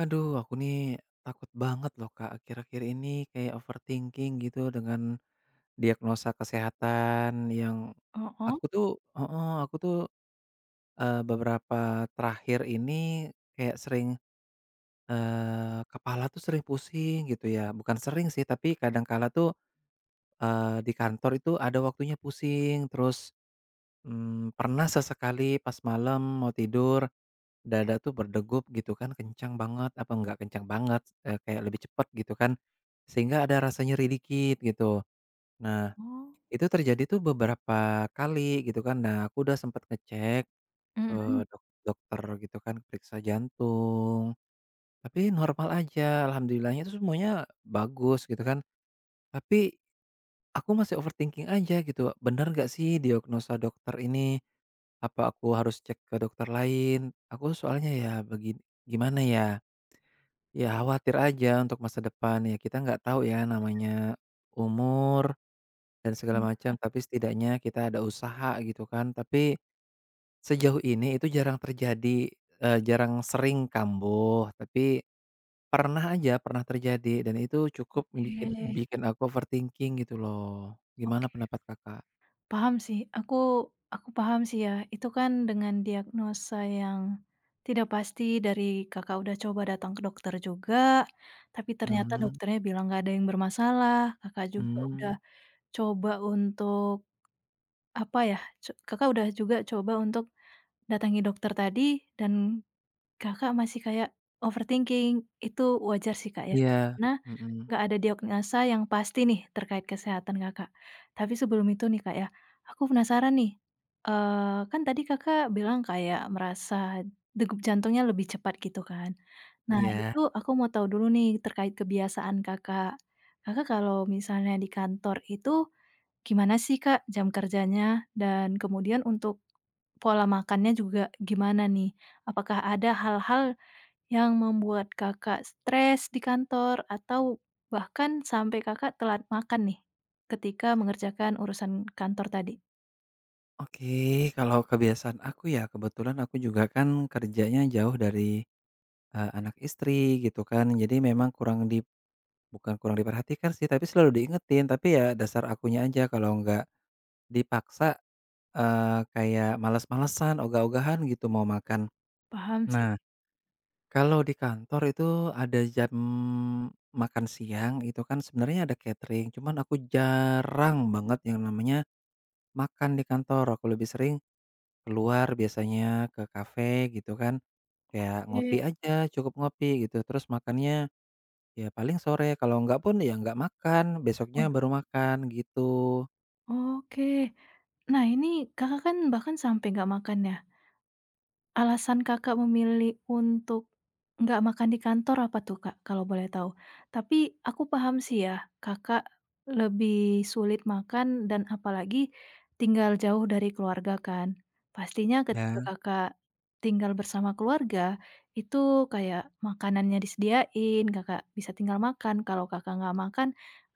Aduh, aku nih takut banget loh Kak, akhir-akhir ini kayak overthinking gitu dengan diagnosa kesehatan yang Heeh. aku tuh heeh, aku tuh, eee, beberapa terakhir ini kayak sering, kepala tuh sering pusing gitu ya, bukan sering sih, tapi kadang kala tuh, di kantor itu ada waktunya pusing, terus, pernah sesekali pas malam mau tidur dada tuh berdegup gitu kan kencang banget, apa enggak kencang banget, kayak lebih cepet gitu kan, sehingga ada rasa nyeri dikit gitu. Nah, Oh, itu terjadi tuh beberapa kali gitu kan. Nah, aku udah sempet ngecek ke Mhm, dokter gitu kan, periksa jantung, tapi normal aja, alhamdulillahnya itu semuanya bagus gitu kan. Tapi aku masih overthinking aja gitu, bener nggak sih diagnosa dokter ini? Apa aku harus cek ke dokter lain? Aku soalnya ya begin gimana ya? Ya khawatir aja untuk masa depan, ya kita nggak tahu ya namanya umur dan segala macam, tapi setidaknya kita ada usaha gitu kan. Tapi sejauh ini itu jarang terjadi, jarang sering kambuh, tapi pernah aja, pernah terjadi dan itu cukup iya, bikin oke bikin aku overthinking gitu loh. Gimana oke. pendapat Kakak? Paham sih, aku paham sih ya, itu kan dengan diagnosa yang tidak pasti dari Kakak udah coba datang ke dokter juga, tapi ternyata Mhm, dokternya bilang nggak ada yang bermasalah, Kakak juga udah hmm, coba untuk, apa ya, Kakak udah juga coba untuk datangi dokter tadi dan Kakak masih kayak overthinking, itu wajar sih, Kak, ya. iya, Karena mhm, nggak ada diagnosa yang pasti nih terkait kesehatan Kakak. Tapi sebelum itu nih, Kak, ya, aku penasaran nih, kan tadi Kakak bilang kayak merasa degup jantungnya lebih cepat gitu kan. Nah, Mhm. iya. Itu aku mau tahu dulu nih terkait kebiasaan Kakak. Kakak kalau misalnya di kantor itu gimana sih, Kak, jam kerjanya? Dan kemudian untuk pola makannya juga gimana nih? Apakah ada hal-hal yang membuat Kakak stres di kantor atau bahkan sampai Kakak telat makan nih, ketika mengerjakan urusan kantor tadi? Oke, kalau kebiasaan aku ya kebetulan aku juga kan kerjanya jauh dari eee, anak istri gitu kan. Jadi memang kurang di bukan kurang diperhatikan sih, tapi selalu diingetin. Tapi ya dasar akunya aja kalau nggak dipaksa, kayak malas malesan ogah-ogahan gitu mau makan. Paham sih? Nah, kalau di kantor itu ada jam makan siang itu kan sebenarnya ada catering, cuman aku jarang banget yang namanya makan di kantor. Aku lebih sering keluar biasanya ke kafe gitu kan, kayak Oke, ngopi aja, cukup ngopi gitu. Terus makannya ya paling sore, kalau enggak pun ya enggak makan, besoknya waduh. baru makan gitu. Oke. Nah ini Kakak kan bahkan sampai nggak makan ya? Alasan Kakak memilih untuk nggak makan di kantor apa tuh, Kak, kalau boleh tahu? Tapi aku paham sih ya, Kakak lebih sulit makan dan apalagi tinggal jauh dari keluarga kan. Pastinya ketika Ya, Kakak tinggal bersama keluarga, itu kayak makanannya disediain, Kakak bisa tinggal makan, kalau Kakak nggak makan,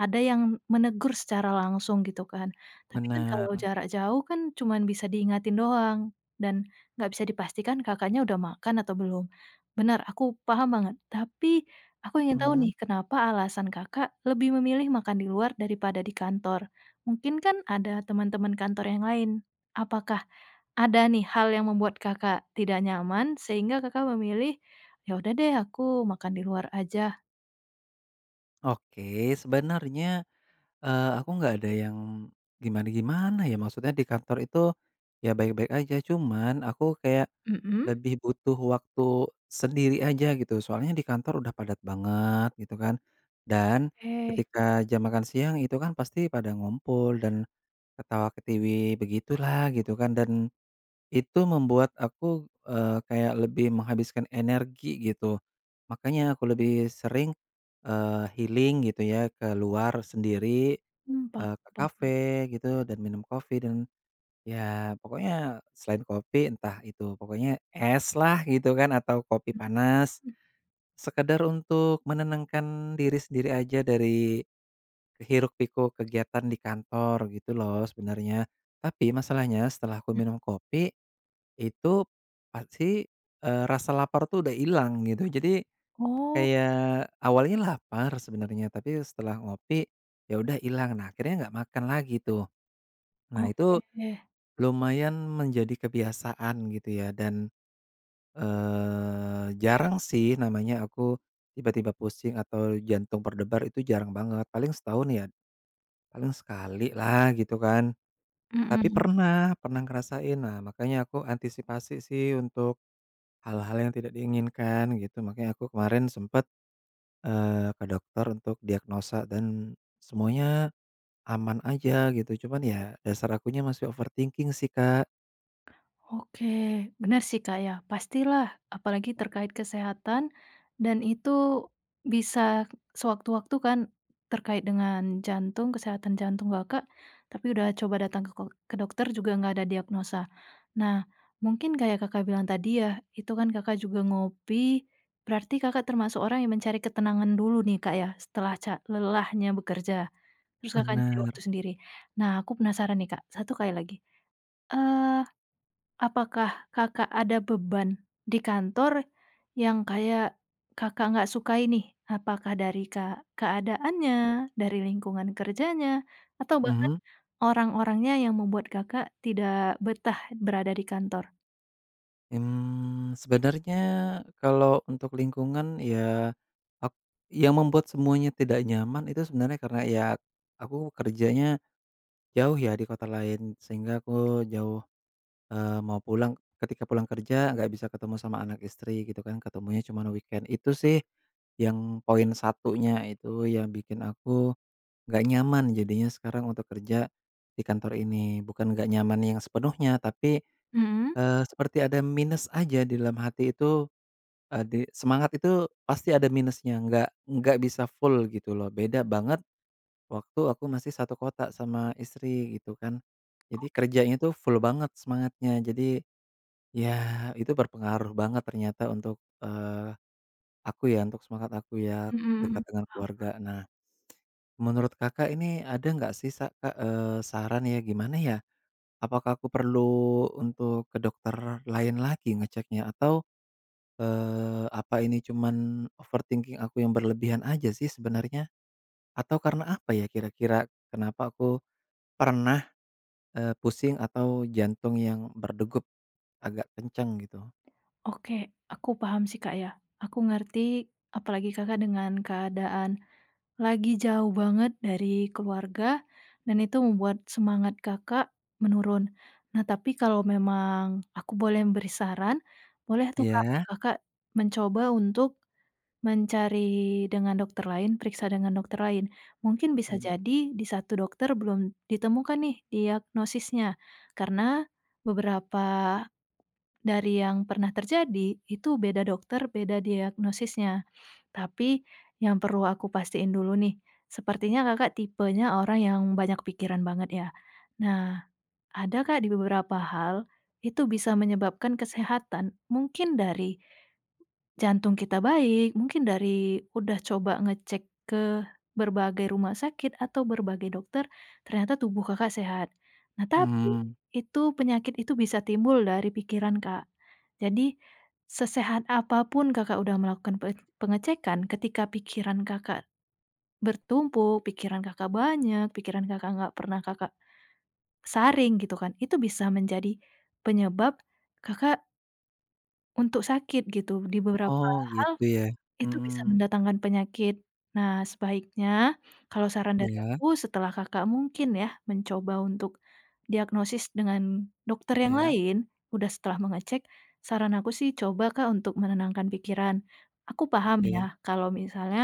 ada yang menegur secara langsung gitu kan. Tapi kan kalau benar. jarak jauh kan cuman bisa diingatin doang dan nggak bisa dipastikan Kakaknya udah makan atau belum. Benar, aku paham banget. Tapi aku ingin tahu nih, Mhm. kenapa alasan Kakak lebih memilih makan di luar daripada di kantor? Mungkin kan ada teman-teman kantor yang lain. Apakah ada nih hal yang membuat Kakak tidak nyaman sehingga Kakak memilih, "Ya udah deh aku makan di luar aja." Oke, sebenarnya, aku nggak ada yang gimana-gimana ya, maksudnya di kantor itu ya baik-baik aja, cuman aku kayak Mhm? lebih butuh waktu sendiri aja gitu, soalnya di kantor udah padat banget gitu kan. Dan Oke, ketika jam makan siang itu kan pasti pada ngumpul dan ketawa ketiwi begitulah gitu kan dan itu membuat aku, kayak lebih menghabiskan energi gitu. Makanya aku lebih sering, healing gitu ya, keluar sendiri, paham ke paham. kafe gitu dan minum kopi dan ya pokoknya selain kopi entah itu pokoknya es lah gitu kan atau kopi Mhm, panas, sekedar untuk menenangkan diri sendiri aja dari hiruk-pikuk kegiatan di kantor gitu loh sebenarnya. Tapi masalahnya setelah aku mhm. minum kopi itu pasti, rasa lapar tuh udah hilang gitu. Jadi Oh, kayak awalnya lapar sebenarnya, tapi setelah ngopi, ya udah hilang. Nah, akhirnya nggak makan lagi tuh. Nah, itu oke. lumayan menjadi kebiasaan gitu ya dan, jarang sih namanya aku tiba-tiba pusing atau jantung berdebar itu jarang banget. Paling setahun ya paling sekali lah gitu kan. Tapi Mhm. pernah pernah ngerasain. Nah, makanya aku antisipasi sih untuk hal-hal yang tidak diinginkan gitu makanya aku kemarin sempet, ke dokter untuk diagnosa dan semuanya aman aja gitu cuman ya dasar akunya masih overthinking sih, Kak. Oke, benar sih Kak ya, pastilah apalagi terkait kesehatan dan itu bisa sewaktu-waktu kan terkait dengan jantung, kesehatan jantung Kakak, tapi udah coba datang ke ke dokter juga nggak ada diagnosa. Nah, mungkin kayak Kakak bilang tadi ya, itu kan Kakak juga ngopi, berarti Kakak termasuk orang yang mencari ketenangan dulu nih Kak ya, setelah lelahnya bekerja, terus Kakak Mhm. Nyari waktu Benar. sendiri. Nah, aku penasaran nih Kak, satu kali lagi, apakah Kakak ada beban di kantor yang kayak Kakak nggak sukai nih? Apakah dari keadaannya, dari lingkungan kerjanya, atau bahkan Mhm, orang-orangnya yang membuat Kakak tidak betah berada di kantor? mmm, sebenarnya kalau untuk lingkungan ya ak yang membuat semuanya tidak nyaman itu sebenarnya karena ya aku kerjanya jauh ya di kota lain sehingga aku jauh eee, mau pulang ketika pulang kerja nggak bisa ketemu sama anak istri gitu kan, ketemunya cuman weekend. Itu sih yang poin satunya itu yang bikin aku nggak nyaman jadinya sekarang untuk kerja di kantor ini. Bukan nggak nyaman yang sepenuhnya, tapi, Mhm. Seperti ada minus aja di dalam hati itu, di semangat itu pasti ada minusnya, nggak bisa full gitu loh. Beda banget waktu aku masih satu kota sama istri gitu kan. Jadi kerjanya tuh full banget semangatnya. Jadi ya, itu berpengaruh banget ternyata untuk, aku ya, untuk semangat aku ya Mhm dekat mhm. dengan Paham. keluarga. Nah, menurut Kakak ini ada nggak sih sa Kak, saran ya, gimana ya, apakah aku perlu untuk ke dokter lain lagi ngeceknya atau, apa ini cuman overthinking aku yang berlebihan aja sih sebenarnya? Atau karena apa ya kira-kira kenapa aku pernah, pusing atau jantung yang berdegup agak kencang gitu? Oke, aku paham sih, Kak, ya. Aku ngerti, apalagi Kakak dengan keadaan lagi jauh banget dari keluarga dan itu membuat semangat Kakak menurun. Nah, tapi kalau memang aku boleh memberi saran, boleh tuh Kak, Ya. Kakak mencoba untuk mencari dengan dokter lain, periksa dengan dokter lain. Mungkin bisa jadi di satu dokter belum ditemukan nih diagnosisnya, karena beberapa dari yang pernah terjadi, itu beda dokter, beda diagnosisnya. Tapi yang perlu aku pastiin dulu nih, sepertinya Kakak tipenya orang yang banyak pikiran banget ya. Nah, ada Kak di beberapa hal, itu bisa menyebabkan kesehatan, mungkin dari jantung kita baik, mungkin dari udah coba ngecek ke berbagai rumah sakit atau berbagai dokter, ternyata tubuh Kakak sehat. Nah, tapi Mhm. itu penyakit itu bisa timbul dari pikiran, Kak. Jadi, sesehat apapun Kakak udah melakukan pengecekan, ketika pikiran Kakak bertumpuk, pikiran Kakak banyak, pikiran Kakak nggak pernah Kakak saring gitu kan, itu bisa menjadi penyebab Kakak untuk sakit gitu di beberapa Oh, hal gitu ya. itu bisa Mhm. mendatangkan penyakit. Nah, sebaiknya kalau saran dari Iya, aku setelah Kakak mungkin ya mencoba untuk diagnosis dengan dokter yang iya. lain, udah setelah mengecek, saran aku sih coba Kak untuk menenangkan pikiran. Aku paham ya Oke. kalau misalnya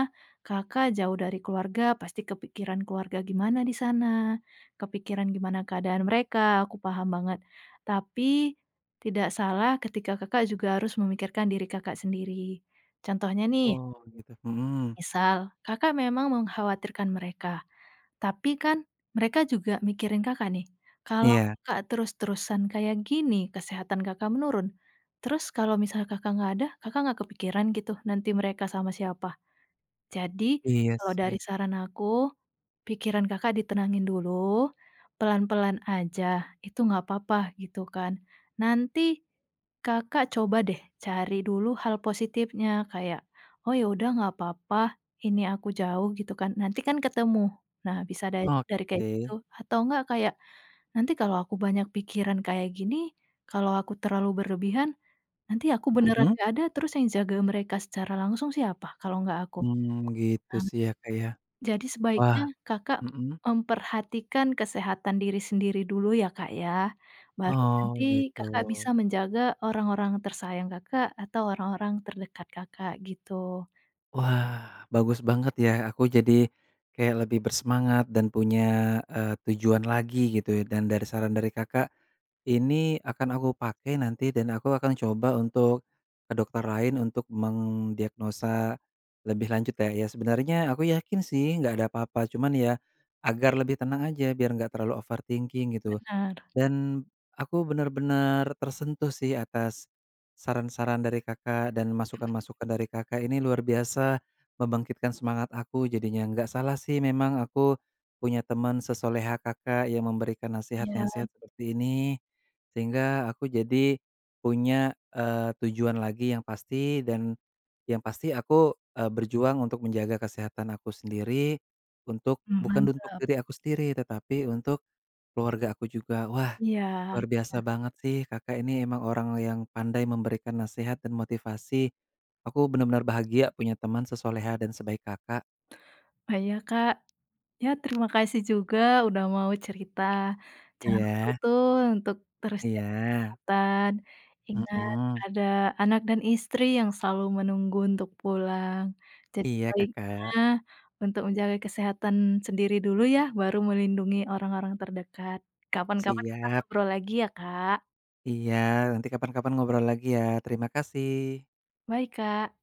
Kakak jauh dari keluarga, pasti kepikiran keluarga gimana di sana, kepikiran gimana keadaan mereka, aku paham banget. Tapi tidak salah ketika Kakak juga harus memikirkan diri Kakak sendiri. Contohnya nih, Oh, gitu. Mhm. misal Kakak memang mengkhawatirkan mereka, tapi kan mereka juga mikirin Kakak nih. Kalau Iya. Kakak terus-terusan kayak gini, kesehatan Kakak menurun. Terus kalau misal Kakak nggak ada, Kakak nggak kepikiran gitu nanti mereka sama siapa. Jadi, Iya kalau dari sih. saran aku, pikiran Kakak ditenangin dulu, pelan-pelan aja, itu nggak apa-apa gitu kan. Nanti Kakak coba deh cari dulu hal positifnya kayak, "Oh ya udah nggak apa-apa, ini aku jauh," gitu kan. Nanti kan ketemu. Nah bisa dari kayak Oke. gitu atau nggak kayak, "Nanti kalau aku banyak pikiran kayak gini, kalau aku terlalu berlebihan, nanti aku beneran Mhm. gak ada terus yang jaga mereka secara langsung siapa kalau nggak aku?" Mmm, gitu Nah sih ya, Kak, ya. jadi Wah, sebaiknya Kakak mhm. memperhatikan kesehatan diri sendiri dulu ya, Kak, ya. Baru Oh, nanti gitu. Kakak bisa menjaga orang-orang tersayang Kakak atau orang-orang terdekat Kakak gitu. Wah, bagus banget ya. Aku jadi kayak lebih bersemangat dan punya, tujuan lagi gitu ya dan dari saran dari Kakak ini akan aku pakai nanti dan aku akan coba untuk ke dokter lain untuk mendiagnosa lebih lanjut ya. Ya sebenarnya aku yakin sih nggak ada apa-apa, cuman ya agar lebih tenang aja biar nggak terlalu overthinking gitu. Benar. Dan aku benar-benar tersentuh sih atas saran-saran dari Kakak dan masukan-masukan dari Kakak ini luar biasa membangkitkan semangat aku jadinya. Nggak salah sih memang aku punya teman sesoleha Kakak yang memberikan Iya, nasihat-nasihat seperti ini, sehingga aku jadi punya, tujuan lagi yang pasti dan yang pasti aku, berjuang untuk menjaga kesehatan aku sendiri, untuk bukan mhm, untuk diri aku sendiri, tetapi untuk keluarga aku juga. Wah, iya. luar biasa banget sih Kakak ini emang orang yang pandai memberikan nasihat dan motivasi. Aku benar-benar bahagia punya teman sesoleha dan sebaik Kakak. Bahaya, Kak. Ya, terima kasih juga udah mau cerita. Jangan lupa Iya, tuh untuk terus jaga iya, kesehatan. Ingat mhm, ada anak dan istri yang selalu menunggu untuk pulang. Jadi iya baiknya Kakak, untuk menjaga kesehatan sendiri dulu ya, baru melindungi orang-orang terdekat. Kapan-kapan kita siap, ngobrol lagi ya, Kak. iya nanti kapan-kapan ngobrol lagi ya, terima kasih. Baik Kak.